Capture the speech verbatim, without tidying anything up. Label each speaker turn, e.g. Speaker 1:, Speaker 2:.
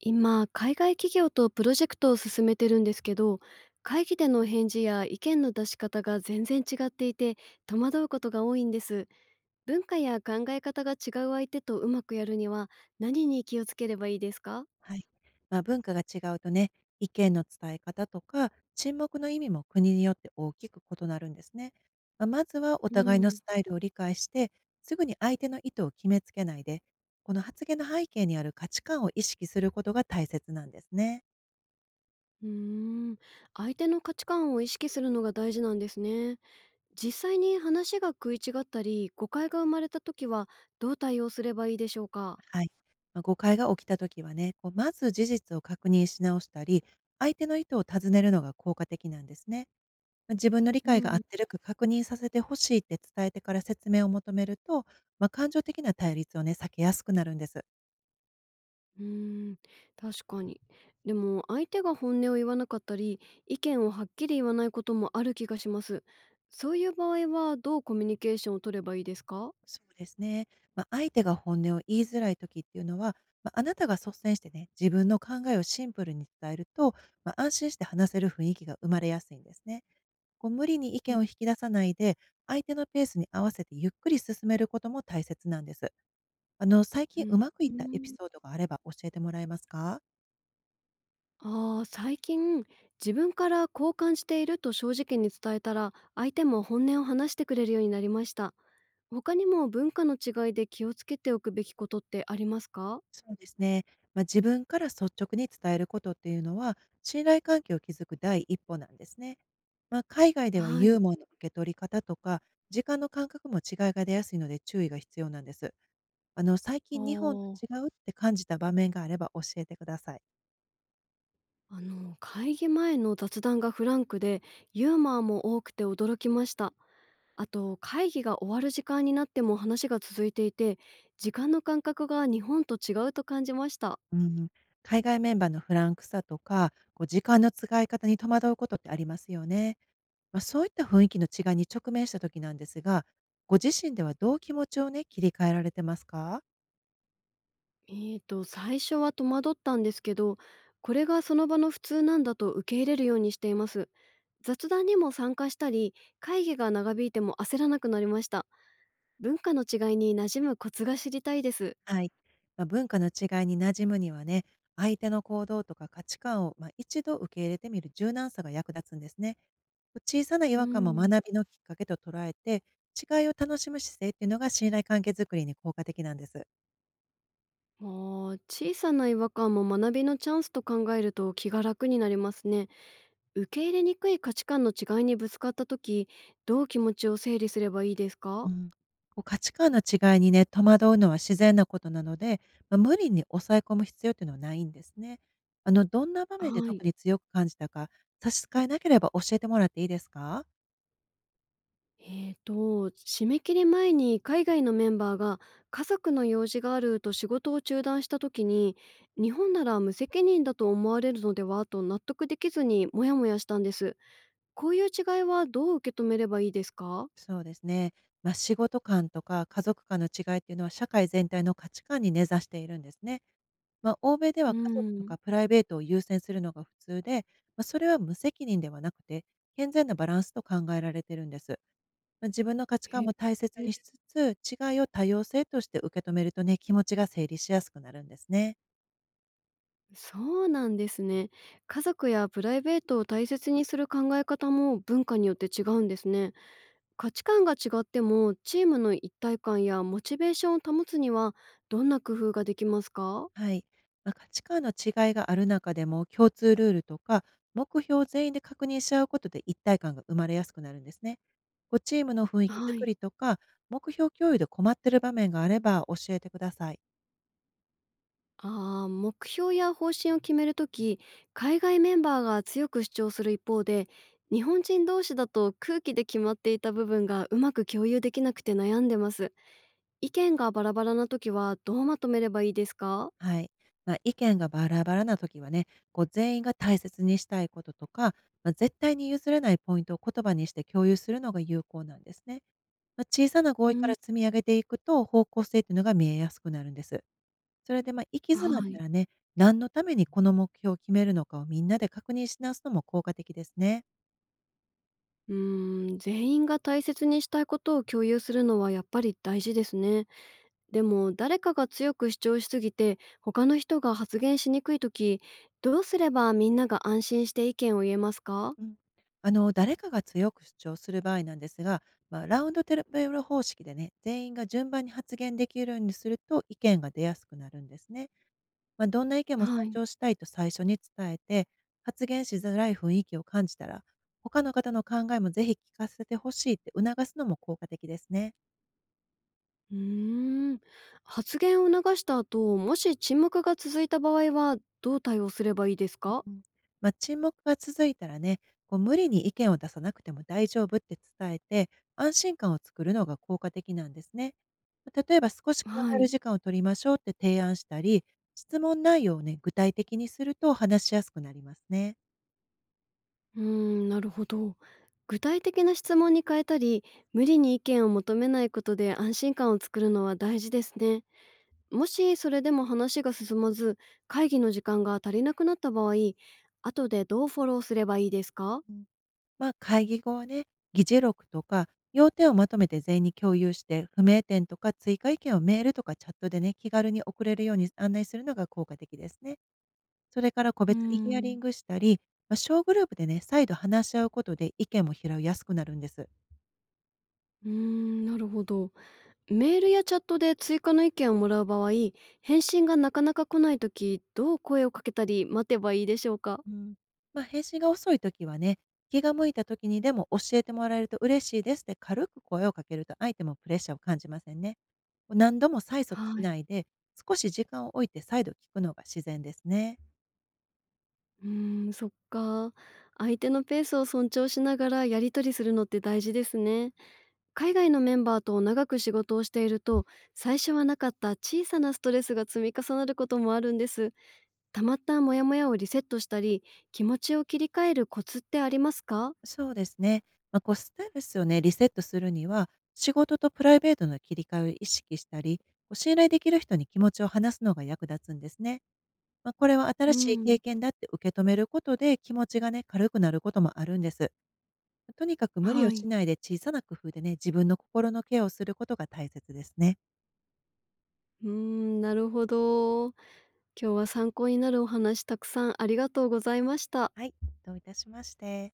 Speaker 1: 今、海外企業とプロジェクトを進めてるんですけど、会議での返事や意見の出し方が全然違っていて、戸惑うことが多いんです。文化や考え方が違う相手とうまくやるには、何に気をつければいいですか？
Speaker 2: はい。まあ、文化が違うとね、意見の伝え方とか、沈黙の意味も国によって大きく異なるんですね。まあ、まずはお
Speaker 1: う
Speaker 2: 互いの
Speaker 1: ん。
Speaker 2: スタイルを理解して、すぐに相手の意図を決めつけないで、この発言の背景にある価値観を意識することが大切なんですね。
Speaker 1: うーん。相手の価値観を意識するのが大事なんですね。実際に話が食い違ったり、誤解が生まれた時は、どう対応すればいいでしょうか？
Speaker 2: はい。まあ、誤解が起きたときはね、こうまず事実を確認し直したり、相手の意図を尋ねるのが効果的なんですね。ま、自分の理
Speaker 1: う
Speaker 2: 解が合っ
Speaker 1: ん。
Speaker 2: てるか確認させてほしいって伝えてから説明を求めると、まあ、感情的な対立をね、避けやすくなるんです。
Speaker 1: うーん、確かに。でも相手が本音を言わなかったり、意見をはっきり言わないこともある気がします。そういう場合はどうコミュニケーションを取ればいいですか？
Speaker 2: そうですね。まあ、相手が本音を言いづらい時っていうのは、まあ、あなたが率先してね、自分の考えをシンプルに伝えると、まあ、安心して話せる雰囲気が生まれやすいんですね。こう無理に意
Speaker 1: うん
Speaker 2: 見を引き出さないで、相手のペースに合わせてゆっくり進めることも大切なんです。あの、最
Speaker 1: う
Speaker 2: 近う
Speaker 1: ん、
Speaker 2: まくいっ
Speaker 1: ー
Speaker 2: たエピ
Speaker 1: ん。
Speaker 2: ソードがあれば教えてもらえますか？
Speaker 1: ああ、最近自分からこう感じていると正直に伝えたら、相手も本音を話してくれるようになりました。他にも文化の違いで気をつけておくべきことってありますか？
Speaker 2: そうですね。まあ、自分から率直に伝えることっていうのは、信頼関係を築くだいいっぽなんですね。まあ、海外では
Speaker 1: は
Speaker 2: ユ
Speaker 1: い。
Speaker 2: ーモアの受け取り方とか、時間の感覚も違いが出やすいので注意が必要なんです。あの、最
Speaker 1: あ
Speaker 2: 近日本と
Speaker 1: ー
Speaker 2: 違うって感じた場面があれば教えてください。
Speaker 1: あの会議前の雑談がフランクでユーモアも多くて驚きました。あと、会議が終わる時間になっても話が続いていて、時間の感覚が日本と違うと感じました。
Speaker 2: うん。海外メンバーのフランクさとか、こう時間の使い方に戸惑うことってありますよね。まあ、そういった雰囲気の違いに直面した時なんですが、ご自身ではどう気持ちをね、切り替えられてますか？
Speaker 1: えーと最初は戸惑ったんですけど、これがその場の普通なんだと受け入れるようにしています。雑談にも参加したり、会議が長引いても焦らなくなりました。文化の違いに馴染むコツが知りたいです。
Speaker 2: はい。まあ、文化の違いに馴染むにはね、相手の行動とか価値観を、まあ、一度受け入れてみる柔軟さが役立つんですね。小さな違
Speaker 1: う
Speaker 2: 和感も
Speaker 1: ん。
Speaker 2: 学びのきっかけと捉えて、違いを楽しむ姿勢っていうのが信頼関係づくりに効果的なんです。
Speaker 1: もう、小さな違和感も学びのチャンスと考えると気が楽になりますね。受け入れにくい価値観の違いにぶつかった時、どう気持ちを整理すればいいです
Speaker 2: う
Speaker 1: か？
Speaker 2: ん。こう価値観の違いにね、戸惑うのは自然なことなので、まあ、無理に抑え込む必要っていうのはないんですね。あの、どんな場面で
Speaker 1: は
Speaker 2: 特
Speaker 1: い。
Speaker 2: に強く感じたか、差し支えなければ教えてもらっていいですか？
Speaker 1: えーと、締め切り前に海外のメンバーが家族の用事があると仕事を中断した時に、日本なら無責任だと思われるのではと納得できずにモヤモヤしたんです。こういう違いはどう受け止めればいいですか？
Speaker 2: そうですね。まあ、仕事観とか家族観の違いっていうのは社会全体の価値観に根ざしているんですね。まあ、欧米で
Speaker 1: う
Speaker 2: は家族と
Speaker 1: ん。
Speaker 2: かプライベートを優先するのが普通で、まあ、それは無責任ではなくて、健全なバランスと考えられてるんです。まあ、自分の価値
Speaker 1: へ
Speaker 2: 観
Speaker 1: え。
Speaker 2: も大切にしつつ、違いを多様性として受け止めるとね、気持ちが整理しやすくなるんですね。
Speaker 1: そうなんですね。家族やプライベートを大切にする考え方も文化によって違うんですね。価値観が違ってもチームの一体感やモチベーションを保つには、どんな工夫ができますか？
Speaker 2: はい。まあ、価値観の違いがある中でも、共通ルールとか、目標を全員で確認し合うことで一体感が生まれやすくなるんですね。こチームの雰囲気づ
Speaker 1: は
Speaker 2: く
Speaker 1: い。
Speaker 2: りとか、目標共有で困ってる場面があれば教えてください。
Speaker 1: ああ、目標や方針を決めるとき、海外メンバーが強く主張する一方で、日本人同士だと空気で決まっていた部分がうまく共有できなくて悩んでます。意見がバラバラなときはどうまとめればいいですか？
Speaker 2: はい。まあ、意見がバラバラな時はね、こう全員が大切にしたいこととか、まあ、絶対に譲れないポイントを言葉にして共有するのが有効なんですね。まあ、小さな合
Speaker 1: う
Speaker 2: 意か
Speaker 1: ん、
Speaker 2: ら積み上げていくと、方向性っていうのが見えやすくなるんです。それで、ま、行き詰まっ
Speaker 1: は
Speaker 2: た
Speaker 1: い。
Speaker 2: らね、何のためにこの目標を決めるのかをみんなで確認し直すのも効果的ですね。
Speaker 1: うーん、全員が大切にしたいことを共有するのはやっぱり大事ですね。でも、誰かが強く主張しすぎて他の人が発言しにくい時、どうすればみんなが安心して意見を言えますか？
Speaker 2: うん。あの、誰かが強く主張する場合なんですが、まあ、ラウンドテーブル方式でね、全員が順番に発言できるようにすると、意見が出やすくなるんですね。まあ、どんな意見も尊
Speaker 1: はい。
Speaker 2: 重したいと最初に伝えて、発言しづらい雰囲気を感じたら、他の方の考えもぜひ聞かせてほしいって促すのも効果的ですね。
Speaker 1: うーん。発言を流した後、もし沈黙が続いた場合はどう対応すればいいですか？
Speaker 2: うん。まあ、沈黙が続いたらね、こう無理に意見を出さなくても大丈夫って伝えて、安心感を作るのが効果的なんですね。例えば少し考
Speaker 1: は
Speaker 2: える
Speaker 1: い。
Speaker 2: 時間を取りましょうって提案したり、質問内容をね、具体的にすると話しやすくなりますね。
Speaker 1: うーん、なるほど。具体的な質問に変えたり、無理に意見を求めないことで安心感を作るのは大事ですね。もしそれでも話が進まず、会議の時間が足りなくなった場合、後でどうフォローすればいいですか？
Speaker 2: まあ、会議後はね、議事録とか要点をまとめて全員に共有して、不明点とか追加意見をメールとかチャットでね、気軽に送れるように案内するのが効果的ですね。それから個
Speaker 1: うー
Speaker 2: 別にヒアリ
Speaker 1: ん、
Speaker 2: ングしたり、まあ、小グループでね、再度話し合うことで意見も拾いやすくなるんです。
Speaker 1: うーん、なるほど。メールやチャットで追加の意見をもらう場合、返信がなかなか来ないとき、どう声をかけたり待てばいいでしょうか？
Speaker 2: うん。まあ、返信が遅い時はね、気が向いた時にでも教えてもらえると嬉しいですって軽く声をかけると、相手もプレッシャーを感じませんね。何度も催促
Speaker 1: は
Speaker 2: し
Speaker 1: い。
Speaker 2: ないで、少し時間を置いて再度聞くのが自然ですね。
Speaker 1: うーん、そっか。相手のペースを尊重しながらやり取りするのって大事ですね。海外のメンバーと長く仕事をしていると、最初はなかった小さなストレスが積み重なることもあるんです。たまったモヤモヤをリセットしたり、気持ちを切り替えるコツってありますか？
Speaker 2: そうですね。まあ、こうストレスをね、リセットするには、仕事とプライベートの切り替えを意識したり、こう信頼できる人に気持ちを話すのが役立つんですね。まあ、これは新
Speaker 1: う
Speaker 2: しい経
Speaker 1: ん。
Speaker 2: 験だって受け止めることで、気持ちがね、軽くなることもあるんです。とにかく無理を
Speaker 1: はい。
Speaker 2: しないで小さな工夫でね、自分の心のケアをすることが大切ですね。
Speaker 1: うーん、なるほど。今日は参考になるお話、たくさんありがとうございました。
Speaker 2: はい、どういたしまして。